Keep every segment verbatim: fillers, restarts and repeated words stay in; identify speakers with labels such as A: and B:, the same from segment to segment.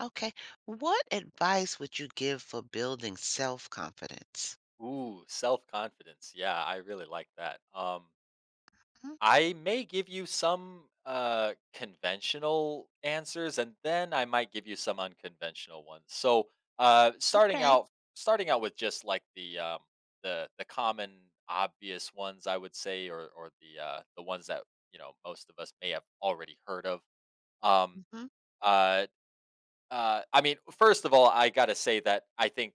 A: Okay. What advice would you give for building self-confidence?
B: Ooh, self-confidence. Yeah, I really like that. Um,
A: Mm.
B: I may give you some uh conventional answers, and then I might give you some unconventional ones. So, uh starting
A: Okay.
B: out starting out with just like the um the the common obvious ones, I would say, or or the uh the ones that, you know, most of us may have already heard of. Um
A: Hmm.
B: uh uh I mean, first of all, I got to say that I think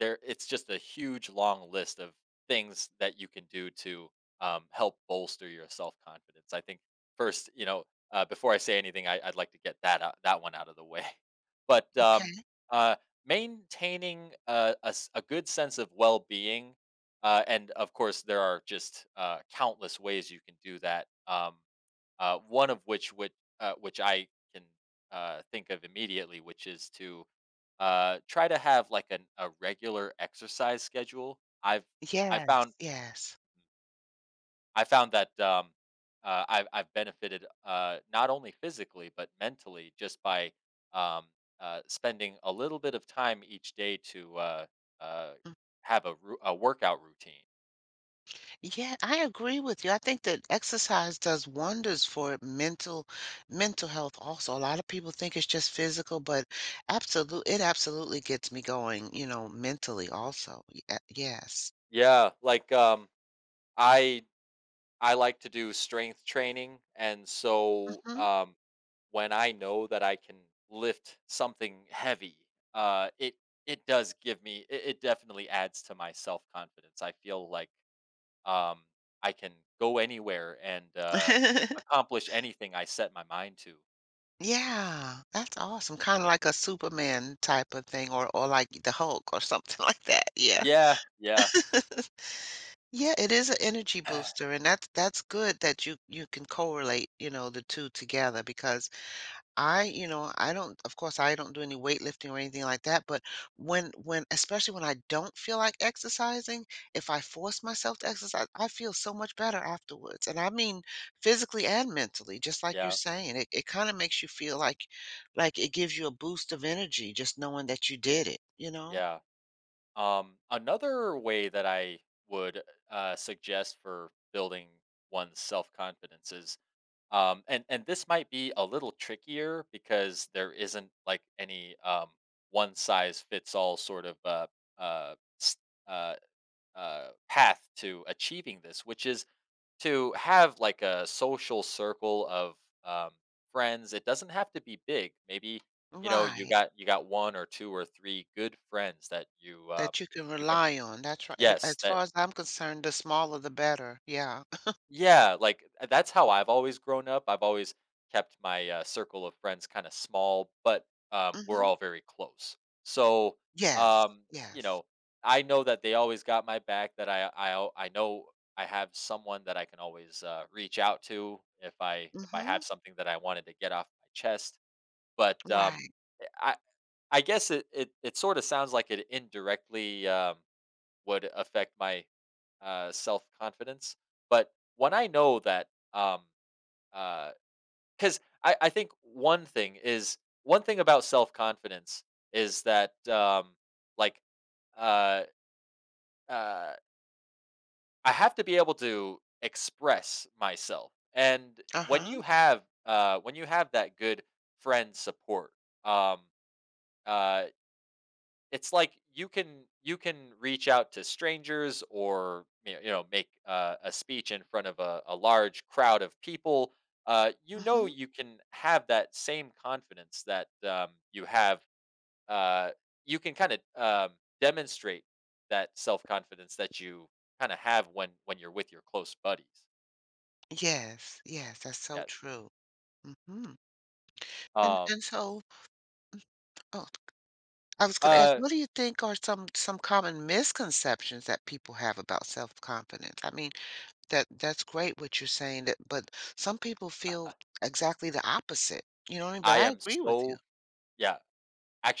B: there it's just a huge long list of things that you can do to um, help bolster your self-confidence. I think first, you know, uh, before I say anything, I, I'd like to get that out, that one out of the way. but um,
A: Okay.
B: uh, maintaining a, a s- a good sense of well-being. Uh, and of course, there are just uh, countless ways you can do that. Um, uh, one of which which, uh, which i can uh, think of immediately, which is to uh, try to have like an a regular exercise schedule. I've I
A: Yes.
B: found
A: Yes.
B: I found that um, uh, I've I've benefited uh, not only physically but mentally, just by um, uh, spending a little bit of time each day to uh, uh,
A: Mm.
B: have a ru- a workout routine.
A: Yeah, I agree with you. I think that exercise does wonders for mental mental health also. A lot of people think it's just physical, but absolute it absolutely gets me going, you know, mentally also. Ye- Yes.
B: Yeah, like um, I I like to do strength training, and so
A: Hmm.
B: um, when I know that I can lift something heavy, uh, it it does give me it, it definitely adds to my self confidence. I feel like um, I can go anywhere and um accomplish anything I set my mind to.
A: Yeah, that's awesome. Kind of like a Superman type of thing or or like the Hulk or something like that. Yeah.
B: Yeah, yeah.
A: Yeah, it is an energy booster, and that's that's good that you you can correlate, you know, the two together, because I, you know, I don't, of course, I don't do any weightlifting or anything like that, but when, when, especially when I don't feel like exercising, if I force myself to exercise, I feel so much better afterwards. And I mean physically and mentally, just like you're
B: Yeah,
A: saying. It, it kind of makes you feel like, like it gives you a boost of energy just knowing that you did it, you know?
B: yeah. Um, another way that I would uh, suggest for building one's self confidence is, Um, and and this might be a little trickier because there isn't like any um, one size fits all sort of uh, uh, s- uh, uh, path to achieving this, which is to have like a social circle of um, friends. It doesn't have to be big. Maybe, you know, you
A: Right.
B: got you got one or two or three good friends that you, um,
A: That you can
B: you can,
A: rely on. That's right. Th- As
B: yes, that.
A: far as I'm concerned, the smaller the better. Yeah.
B: Yeah, like, uh, that's how I've always grown up. I've always kept my, uh, circle of friends kinda small, but, um, we're
A: hmm.
B: all very close. So,
A: Yes.
B: um, you
A: Yes.
B: know, I know that they always got my back, that I I al I know I have someone that I can always, uh, reach out to if I if I
A: Hmm.
B: have something that I wanted to get off my chest. But, um,
A: Right.
B: eh, I I guess it it it sorta sounds like it indirectly, um would affect my uh, self confidence. But when I know that, um, because I, I think one thing is one thing about self confidence is that um, like uh, uh, I have to be able to express myself, and when
A: Uh-huh.
B: you have uh, when you have that good friend support, um, uh, it's like you can you can reach out to strangers, or, you know, you know make uh, a speech in front of a, a large crowd of people. Uh, you know,
A: Mhm.
B: you can have that same confidence that, um, you have. Uh, you can kind of um, demonstrate that self confidence that you kind of have when when you're with your close buddies.
A: Yes, yes, that's so
B: Yeah.
A: true. Mhm. And
B: Um.
A: and so, oh, I was gonna ask,
B: Uh.
A: what do you think are some some common misconceptions that people have about self-confidence? I mean, that that's great what you're saying that, but some people feel exactly the opposite. You know what I mean? But
B: I
A: I
B: am
A: agree with you.
B: so, yeah.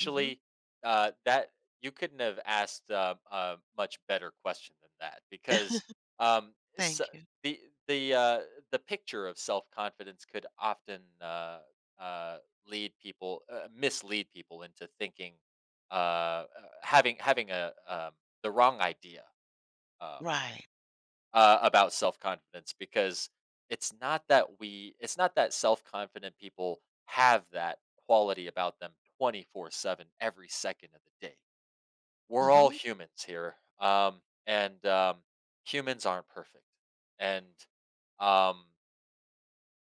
A: Mhm.
B: uh, that you couldn't have asked a, a much better question than that, because um, s
A: Thank you.
B: the the uh, the picture of self confidence could often uh, uh, lead people, uh, mislead people into thinking, uh, uh, having having a, um, the wrong idea Uh,
A: Right.
B: uh, about self confidence, because it's not that we, it's not that self confident people have that quality about them twenty-four seven every second of the day. We're all
A: Mhm.
B: humans here. Um, and um, Humans aren't perfect. And um,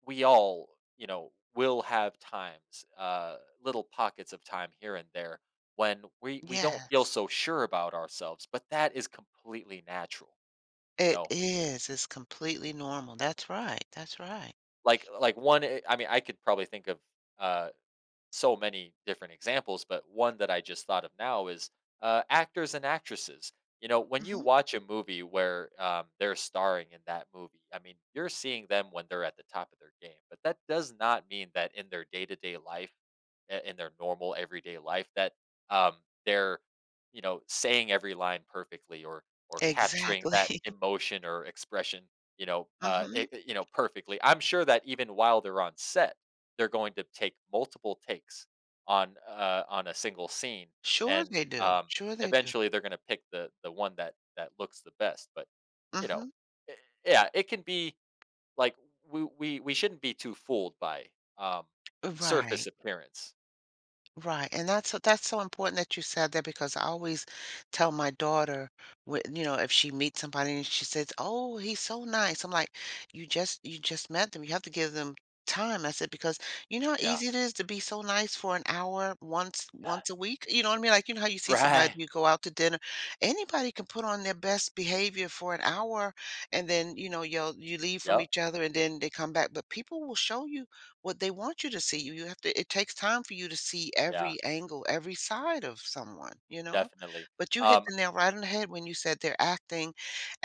B: we all, you know, will have times, uh, little pockets of time here and there when we, we don't feel
A: Yes.
B: so sure about ourselves, but that is completely natural, you
A: It
B: know.
A: is. It's completely normal. That's right. That's right.
B: Like like one, eh, I mean, I could probably think of, uh, so many different examples, but one that I just thought of now is, uh, actors and actresses. You know, when you
A: Mhm.
B: watch a movie where, um, they're starring in that movie, I mean, you're seeing them when they're at the top of their game, but that does not mean that in their day to day life, i- in their normal everyday life, that um, they're, you know, saying every line perfectly, or or capturing that
A: Exactly.
B: emotion or expression, you know, uh, i-
A: Mhm.
B: i- you know, perfectly. I'm sure that even while they're on set they're going to take multiple takes on uh, on a single scene,
A: Sure
B: and
A: they do.
B: um,
A: Sure they do.
B: eventually they're going to pick the the one that that looks the best. But you know,
A: Mhm.
B: i- yeah, it can be like we we we shouldn't be too fooled by um, surface
A: Right.
B: appearance.
A: Right. And that's so that's so important that you said that, because I always tell my daughter, when, you know, if she meets somebody and she says, "Oh, he's so nice," I'm like, "You just you just met them. You have to give them time." I said, because you know how
B: Yeah.
A: easy it is to be so nice for an hour, once once a week. You know what I mean? Like, you know how you see somebody,
B: Right.
A: you go out to dinner, anybody can put on their best behavior for an hour, and then, you know, you you leave from
B: Yep.
A: each other and then they come back, but people will show you what they want you to see. You you have to It takes time for you to see
B: Yeah.
A: every angle, every side of someone, you know?
B: Definitely.
A: But you hit
B: Um.
A: the nail right on the head when you said they're acting,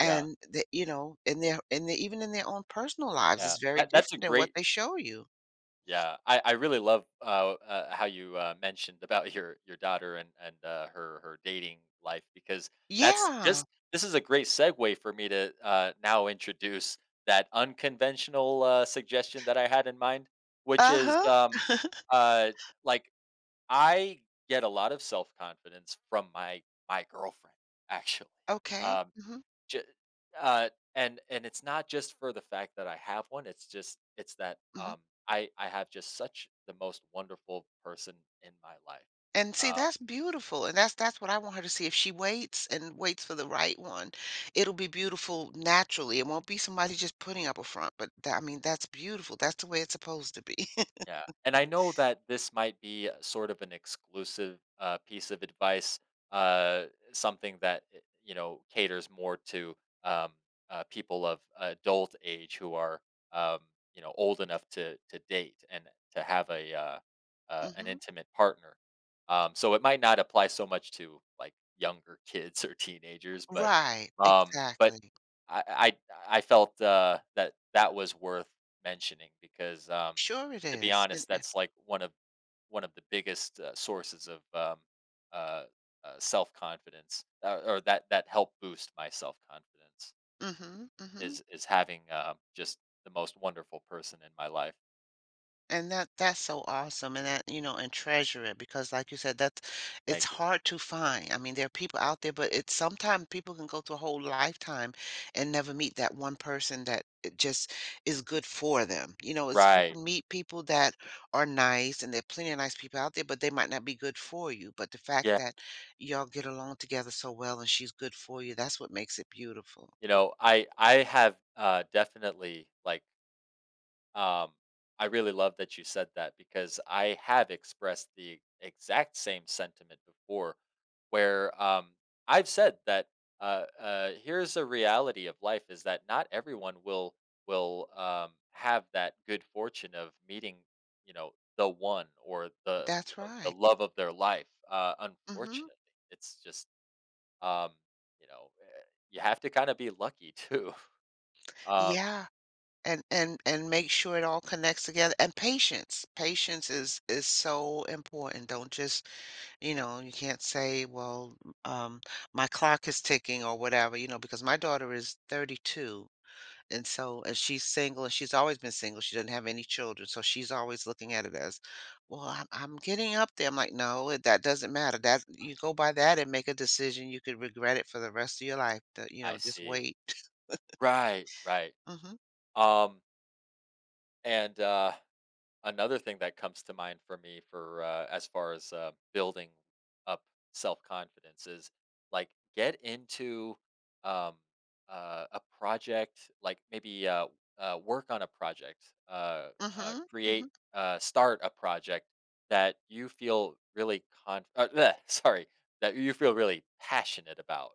B: Yeah.
A: that you know, in their in their even in their own personal lives,
B: Yeah.
A: is very
B: That, that's a
A: different than what
B: great,
A: they show you.
B: yeah, I, I really love uh, uh, how you uh, mentioned about your your daughter and and uh, her her dating life, because that's
A: Yeah.
B: this, this is a great segue for me to uh, now introduce that unconventional uh, suggestion that I had in mind, which is
A: Uh-huh.
B: um, uh, like I get a lot of self confidence from my my girlfriend, actually.
A: Okay.
B: Um,
A: Mhm.
B: J uh, and and it's not just for the fact that I have one, it's just it's that,
A: Mhm.
B: um, I I have just such the most wonderful person in my life.
A: And see,
B: Um
A: that's beautiful. And that's that's what I want her to see. If she waits and waits for the right one, it'll be beautiful naturally. It won't be somebody just putting up a front, but that, I mean, that's beautiful. That's the way it's supposed to be.
B: Yeah, and I know that this might be a sort of an exclusive uh, piece of advice, uh, something that eh, you know caters more to um, uh, people of adult age who are um, you know old enough to to date and to have a uh, uh, an
A: hmm.
B: intimate partner. Um, so it might not apply so much to like younger kids or teenagers, but
A: Right,
B: um, but
A: exactly.
B: I I I felt, uh, that that was worth mentioning because, um,
A: Sure it
B: to be
A: is.
B: honest,
A: And,
B: that's like one of one of the biggest, uh, sources of, um, uh, uh, self-confidence, uh, or that that helped boost my self-confidence
A: mm-hmm, mm-hmm.
B: is is having, um, just the most wonderful person in my life.
A: And that that's so awesome, and that, you know, and treasure it, because, like you said, that's it's
B: Thank you.
A: hard to find. I mean, there are people out there, but it's — sometimes people can go through a whole lifetime and never meet that one person that it just is good for them. You know, it's you
B: Right.
A: can meet people that are nice, and there are plenty of nice people out there, but they might not be good for you. But the fact
B: Yeah.
A: that y'all get along together so well and she's good for you, that's what makes it beautiful.
B: You know, I I have, uh, definitely, like Um, I really love that you said that, because I have expressed the exact same sentiment before, where um, I've said that uh, uh, here's a reality of life is that not everyone will will um, have that good fortune of meeting, you know, the one, or the, you
A: That's
B: know, the
A: right.
B: love of their life. Uh,
A: Mm-hmm.
B: unfortunately, it's just um, you know eh, you have to kind of be lucky too. Um,
A: Yeah. and and and make sure it all connects together. And patience patience is is so important. Don't just, you know, you can't say, well, um my clock is ticking, or whatever, you know, because my daughter is thirty-two, and so and she's single, and she's always been single, she doesn't have any children, so she's always looking at it as, well, i'm, I'm getting up there. I'm like, no, it, that doesn't matter. That you go by that and make a decision, you could regret it for the rest of your life. That You
B: I
A: know, just
B: see.
A: wait.
B: Right. Right.
A: hmm.
B: Um, And uh, another thing that comes to mind for me for uh, as far as uh, building up self confidence is like, get into um, uh, a project, like maybe uh, uh, work on a project, uh, uh,
A: Hmm.
B: create,
A: Hmm.
B: uh, start a project that you feel really con. Uh, bleh, sorry, that you feel really passionate about.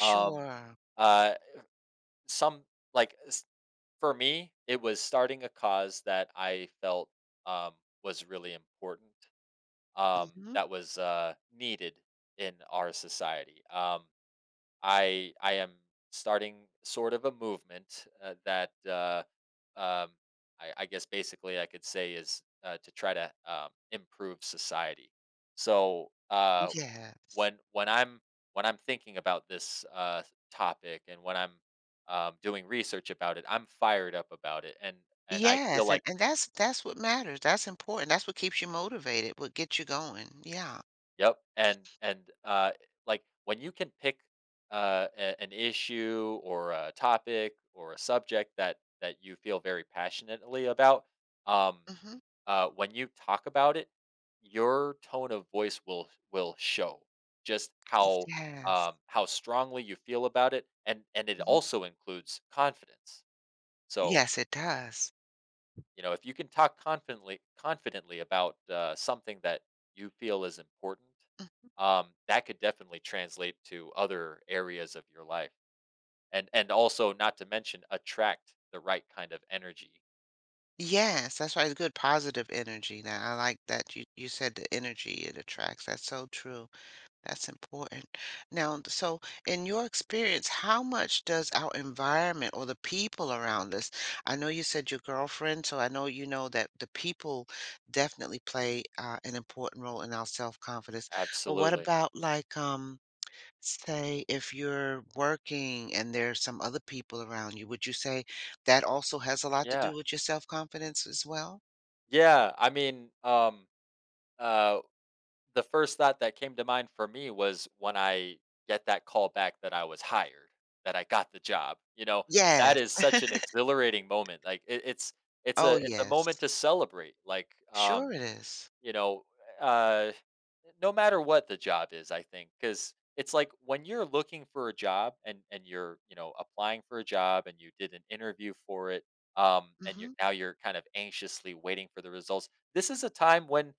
B: Um, uh, some like for me, it was starting a cause that I felt, um, was really important, um,
A: Mhm.
B: that was, uh, needed in our society. Um, I I am starting sort of a movement, uh, that, uh, um, I I guess basically I could say is, uh, to try to, um, improve society. So, uh
A: Yes.
B: when when I'm when I'm thinking about this uh, topic, and when I'm, um, doing research about it, I'm fired up about it, and and I feel
A: Yes, and
B: like,
A: and that's that's what matters, that's important, that's what keeps you motivated, what gets you going, yeah.
B: yep, and and uh, like when you can pick uh, a- an issue or a topic or a subject that that you feel very passionately about. Um,
A: Mhm.
B: uh, when you talk about it, your tone of voice will will show just how,
A: Yes.
B: um, how strongly you feel about it, and and it
A: Mhm.
B: also includes confidence. So
A: Yes, it does.
B: you know if you can talk confidently confidently about uh, something that you feel is important,
A: Mm.
B: um, that could definitely translate to other areas of your life, and and also not to mention attract the right kind of energy.
A: Yes, that's why it's good positive energy. Now, I like that you you said the energy it attracts, that's so true. That's important. Now, so in your experience, how much does our environment or the people around us? I know you said your girlfriend, so I know you know that the people definitely play uh, an important role in our self-confidence. But what
B: Absolutely.
A: about, like, um say if you're working and there's some other people around you, would you say that also has a lot to
B: Yeah.
A: do with your self-confidence as well?
B: Yeah. I mean, um, uh, the first thought that came to mind for me was when I get that call back that I was hired, that I got the job, you know, that
A: Yes.
B: is such an exhilarating moment. Like it, it's it's
A: Oh,
B: a it's a moment
A: yes.
B: to celebrate. Like um
A: Sure it is.
B: you know, uh, no matter what the job is, I think, because it's like when you're looking for a job, and and you're, you know, applying for a job, and you did an interview for it, um, and you're,
A: Mm-hmm.
B: now you're kind of anxiously waiting for the results. This is a time when,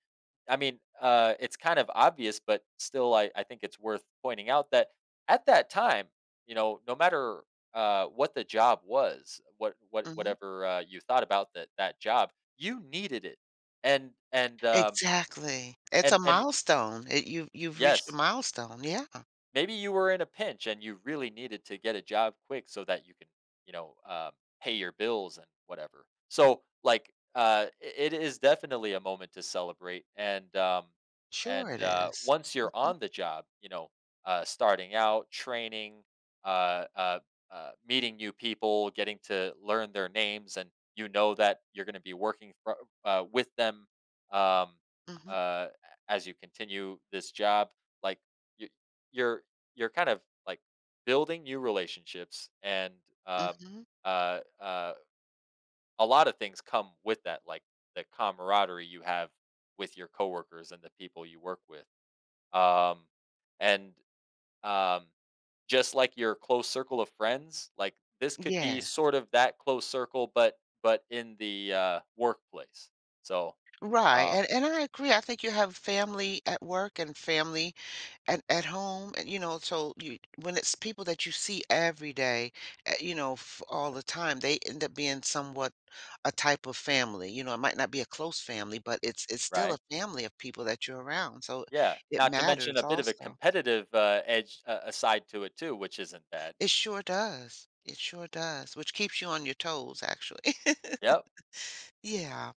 B: I mean, uh, it's kind of obvious, but still, I I think it's worth pointing out that at that time, you know, no matter uh, what the job was, what what
A: Mm-hmm.
B: whatever uh, you thought about that that job, you needed it, and and um,
A: Exactly. It's
B: and
A: a
B: and
A: milestone. It you've you've reached a
B: yes,
A: milestone, yeah.
B: maybe you were in a pinch and you really needed to get a job quick, so that you can, you know, um, pay your bills and whatever, so like uh, i- it is definitely a moment to celebrate, and um,
A: Sure
B: and
A: it mm
B: uh,
A: is.
B: once you're
A: Mhm,
B: on the job, you know, uh, starting out training, uh, uh, uh, meeting new people, getting to learn their names, and you know that you're going to be working fro- uh, with them, um,
A: mhm,
B: uh, as you continue this job, like you, you're you're kind of like building new relationships, and um
A: mhm.
B: uh uh a lot of things come with that, like the camaraderie you have with your coworkers and the people you work with, um and um just like your close circle of friends, like this could be
A: Yes.
B: sort of that close circle, but but in the uh workplace. So
A: Right,
B: um
A: and and I agree, I think you have family at work and family at at home, and, you know, so you when it's people that you see every day, eh, you know, f all the time, they end up being somewhat a type of family. You know, it might not be a close family, but it's it's still
B: right,
A: a family of people that you're around, so
B: yeah,
A: it
B: not to mention a
A: matters
B: bit of a
A: also.
B: competitive uh edge uh, aside to it too, which isn't bad.
A: It sure does. It sure does, which keeps you on your toes, actually.
B: Yep.
A: Yeah.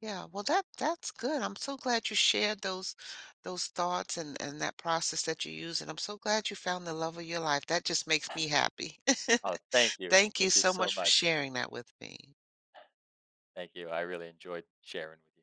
A: Yeah. Well, that that's good. I'm so glad you shared those those thoughts and and that process that you use, and I'm so glad you found the love of your life. That just makes me happy.
B: Oh, thank you.
A: Thank
B: Thank
A: you
B: you
A: so
B: so
A: much for
B: much.
A: sharing that with me.
B: Thank you. I really enjoyed sharing with you.